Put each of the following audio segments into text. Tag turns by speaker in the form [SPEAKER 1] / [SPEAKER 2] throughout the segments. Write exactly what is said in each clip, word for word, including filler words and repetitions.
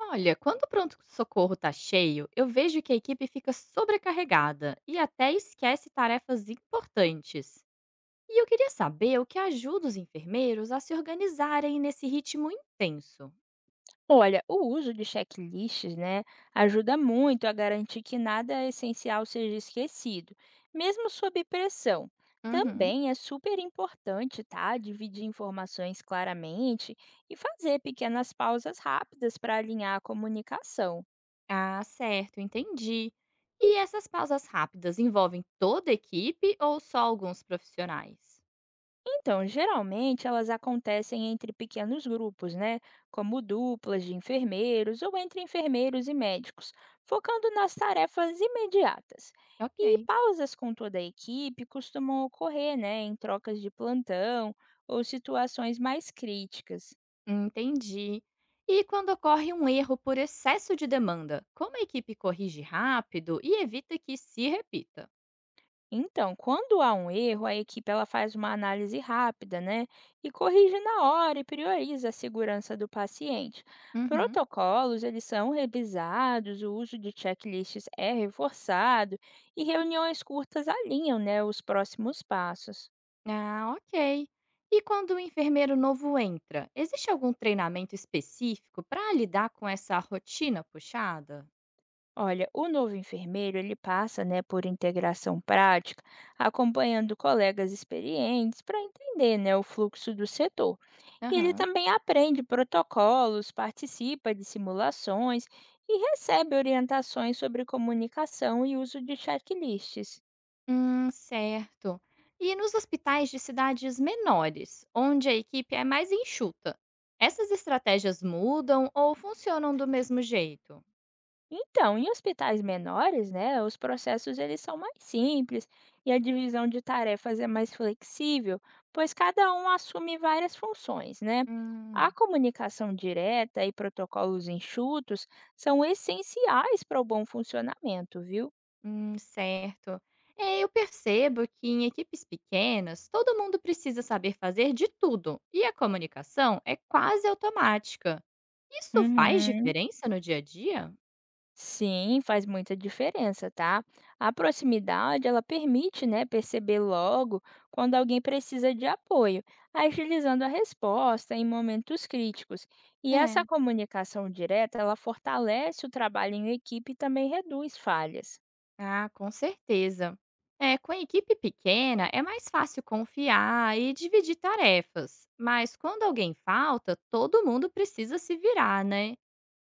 [SPEAKER 1] Olha, quando o pronto-socorro está cheio, eu vejo que a equipe fica sobrecarregada e até esquece tarefas importantes. E eu queria saber o que ajuda os enfermeiros a se organizarem nesse ritmo intenso.
[SPEAKER 2] Olha, o uso de checklists, né, ajuda muito a garantir que nada essencial seja esquecido, mesmo sob pressão.
[SPEAKER 1] Uhum.
[SPEAKER 2] Também é super importante, tá, dividir informações claramente e fazer pequenas pausas rápidas para alinhar a comunicação.
[SPEAKER 1] Ah, certo, entendi. E essas pausas rápidas envolvem toda a equipe ou só alguns profissionais?
[SPEAKER 2] Então, geralmente elas acontecem entre pequenos grupos, né? Como duplas de enfermeiros ou entre enfermeiros e médicos, focando nas tarefas imediatas. E
[SPEAKER 1] Ok.
[SPEAKER 2] pausas com toda a equipe costumam ocorrer, né? Em trocas de plantão ou situações mais críticas.
[SPEAKER 1] Entendi. E quando ocorre um erro por excesso de demanda, como a equipe corrige rápido e evita que se repita?
[SPEAKER 2] Então, quando há um erro, a equipe ela faz uma análise rápida, né? E corrige na hora e prioriza a segurança do paciente.
[SPEAKER 1] Uhum.
[SPEAKER 2] Protocolos, eles são revisados, o uso de checklists é reforçado e reuniões curtas alinham, né, os próximos passos.
[SPEAKER 1] Ah, ok. E quando o enfermeiro novo entra, existe algum treinamento específico para lidar com essa rotina puxada?
[SPEAKER 2] Olha, o novo enfermeiro ele passa, né, por integração prática, acompanhando colegas experientes para entender, né, o fluxo do setor. E ele
[SPEAKER 1] Aham.
[SPEAKER 2] também aprende protocolos, participa de simulações e recebe orientações sobre comunicação e uso de checklists.
[SPEAKER 1] Hum, certo. E nos hospitais de cidades menores, onde a equipe é mais enxuta, essas estratégias mudam ou funcionam do mesmo jeito?
[SPEAKER 2] Então, em hospitais menores, né, os processos eles são mais simples e a divisão de tarefas é mais flexível, pois cada um assume várias funções, né? A
[SPEAKER 1] Hum.
[SPEAKER 2] comunicação direta e protocolos enxutos são essenciais para o bom funcionamento, viu?
[SPEAKER 1] Hum, certo. É, eu percebo que em equipes pequenas, todo mundo precisa saber fazer de tudo e a comunicação é quase automática. Isso faz
[SPEAKER 2] Uhum.
[SPEAKER 1] diferença no dia a dia?
[SPEAKER 2] Sim, faz muita diferença, tá? A proximidade, ela permite, né, perceber logo quando alguém precisa de apoio, agilizando a resposta em momentos críticos. E
[SPEAKER 1] É.
[SPEAKER 2] essa comunicação direta, ela fortalece o trabalho em equipe e também reduz falhas.
[SPEAKER 1] Ah, com certeza. É, com a equipe pequena é mais fácil confiar e dividir tarefas, mas quando alguém falta, todo mundo precisa se virar, né?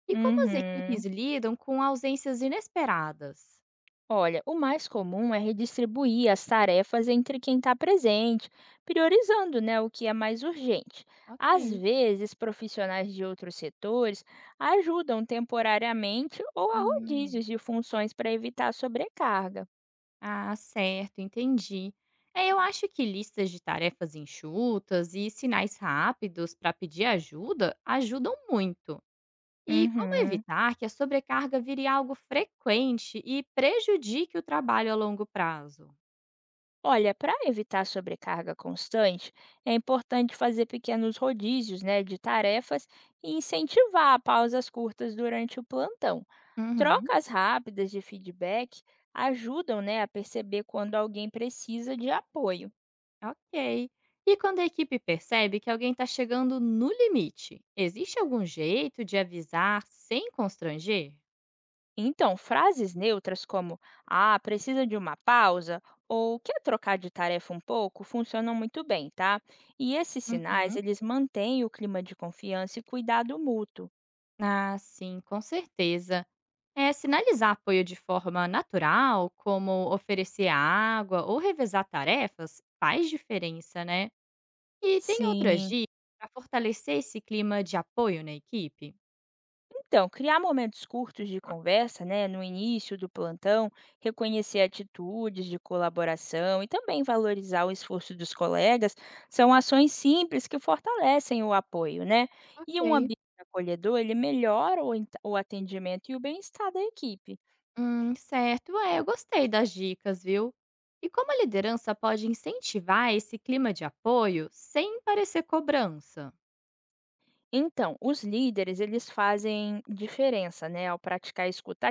[SPEAKER 1] E como as
[SPEAKER 2] Uhum.
[SPEAKER 1] equipes lidam com ausências inesperadas?
[SPEAKER 2] Olha, o mais comum é redistribuir as tarefas entre quem está presente, priorizando, né, o que é mais urgente. Às
[SPEAKER 1] Ok.
[SPEAKER 2] vezes, profissionais de outros setores ajudam temporariamente ou há
[SPEAKER 1] Hum.
[SPEAKER 2] rodízios de funções para evitar sobrecarga.
[SPEAKER 1] Ah, certo, entendi. É, eu acho que listas de tarefas enxutas e sinais rápidos para pedir ajuda ajudam muito. E como
[SPEAKER 2] Uhum.
[SPEAKER 1] evitar que a sobrecarga vire algo frequente e prejudique o trabalho a longo prazo?
[SPEAKER 2] Olha, para evitar sobrecarga constante, é importante fazer pequenos rodízios, né, de tarefas e incentivar pausas curtas durante o plantão.
[SPEAKER 1] Uhum,
[SPEAKER 2] Trocas rápidas de feedback ajudam, né, a perceber quando alguém precisa de apoio.
[SPEAKER 1] ok. E quando a equipe percebe que alguém está chegando no limite, existe algum jeito de avisar sem constranger?
[SPEAKER 2] Então, frases neutras como "Ah, precisa de uma pausa" ou "Quer trocar de tarefa um pouco?" funcionam muito bem, tá? E esses sinais,
[SPEAKER 1] Uhum.
[SPEAKER 2] eles mantêm o clima de confiança e cuidado mútuo.
[SPEAKER 1] Ah, sim, com certeza. É, sinalizar apoio de forma natural, como oferecer água ou revezar tarefas, faz diferença, né? E tem outras
[SPEAKER 2] Sim.
[SPEAKER 1] dicas para fortalecer esse clima de apoio na equipe?
[SPEAKER 2] Então, criar momentos curtos de conversa, né, no início do plantão, reconhecer atitudes de colaboração e também valorizar o esforço dos colegas, são ações simples que fortalecem o apoio, né? E um
[SPEAKER 1] Ok.
[SPEAKER 2] ambiente acolhedor, ele melhora o ent- o atendimento e o bem-estar da equipe.
[SPEAKER 1] Hum, certo, é, eu gostei das dicas, viu? E como a liderança pode incentivar esse clima de apoio sem parecer cobrança?
[SPEAKER 2] Então, os líderes, eles fazem diferença, né, ao praticar a escuta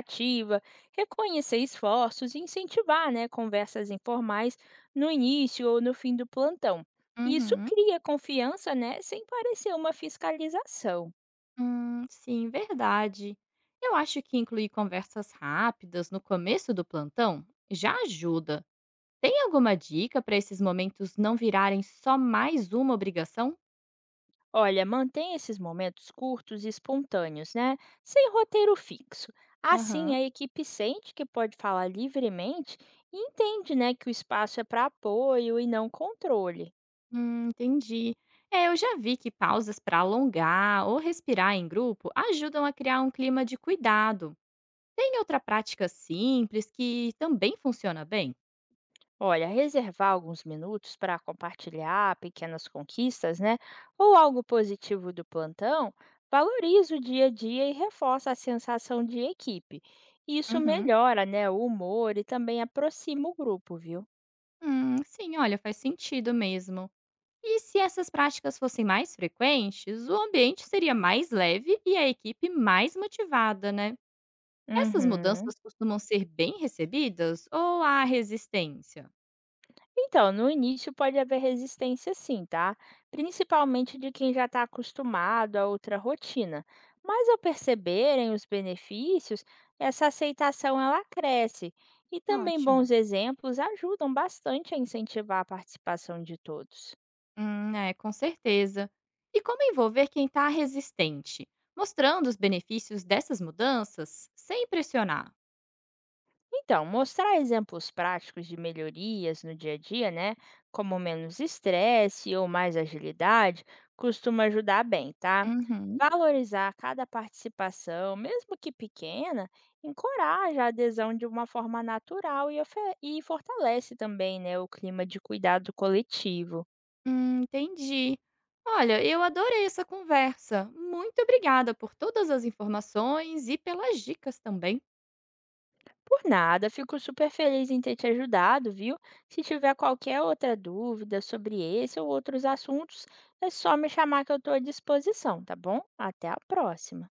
[SPEAKER 2] reconhecer esforços e incentivar, né, conversas informais no início ou no fim do plantão. Isso
[SPEAKER 1] Uhum.
[SPEAKER 2] cria confiança, né, sem parecer uma fiscalização.
[SPEAKER 1] Hum, sim, verdade. Eu acho que incluir conversas rápidas no começo do plantão já ajuda. Tem alguma dica para esses momentos não virarem só mais uma obrigação?
[SPEAKER 2] Olha, mantém esses momentos curtos e espontâneos, né, sem roteiro fixo. Assim,
[SPEAKER 1] Aham.
[SPEAKER 2] a equipe sente que pode falar livremente e entende, né, que o espaço é para apoio e não controle.
[SPEAKER 1] Hum, entendi. É, eu já vi que pausas para alongar ou respirar em grupo ajudam a criar um clima de cuidado. Tem outra prática simples que também funciona bem?
[SPEAKER 2] Olha, reservar alguns minutos para compartilhar pequenas conquistas, né? Ou algo positivo do plantão, valoriza o dia a dia e reforça a sensação de equipe. Isso
[SPEAKER 1] Uhum.
[SPEAKER 2] melhora, né, o humor e também aproxima o grupo, viu?
[SPEAKER 1] Hum, sim, olha, faz sentido mesmo. E se essas práticas fossem mais frequentes, o ambiente seria mais leve e a equipe mais motivada, né? Essas
[SPEAKER 2] Uhum.
[SPEAKER 1] mudanças costumam ser bem recebidas ou há resistência?
[SPEAKER 2] Então, no início pode haver resistência sim, tá? Principalmente de quem já está acostumado a outra rotina. Mas ao perceberem os benefícios, essa aceitação ela cresce. E também bons
[SPEAKER 1] Ótimo.
[SPEAKER 2] exemplos ajudam bastante a incentivar a participação de todos.
[SPEAKER 1] Hum, é, com certeza. E como envolver quem está resistente? Mostrando os benefícios dessas mudanças sem pressionar.
[SPEAKER 2] Então, mostrar exemplos práticos de melhorias no dia a dia, né, como menos estresse ou mais agilidade, costuma ajudar bem, tá?
[SPEAKER 1] Uhum.
[SPEAKER 2] Valorizar cada participação, mesmo que pequena, encoraja a adesão de uma forma natural e, ofe- e fortalece também, né, o clima de cuidado coletivo.
[SPEAKER 1] Hum, entendi. Olha, eu adorei essa conversa. Muito obrigada por todas as informações e pelas dicas também.
[SPEAKER 2] Por nada, fico super feliz em ter te ajudado, viu? Se tiver qualquer outra dúvida sobre esse ou outros assuntos, é só me chamar que eu estou à disposição, tá bom? Até a próxima!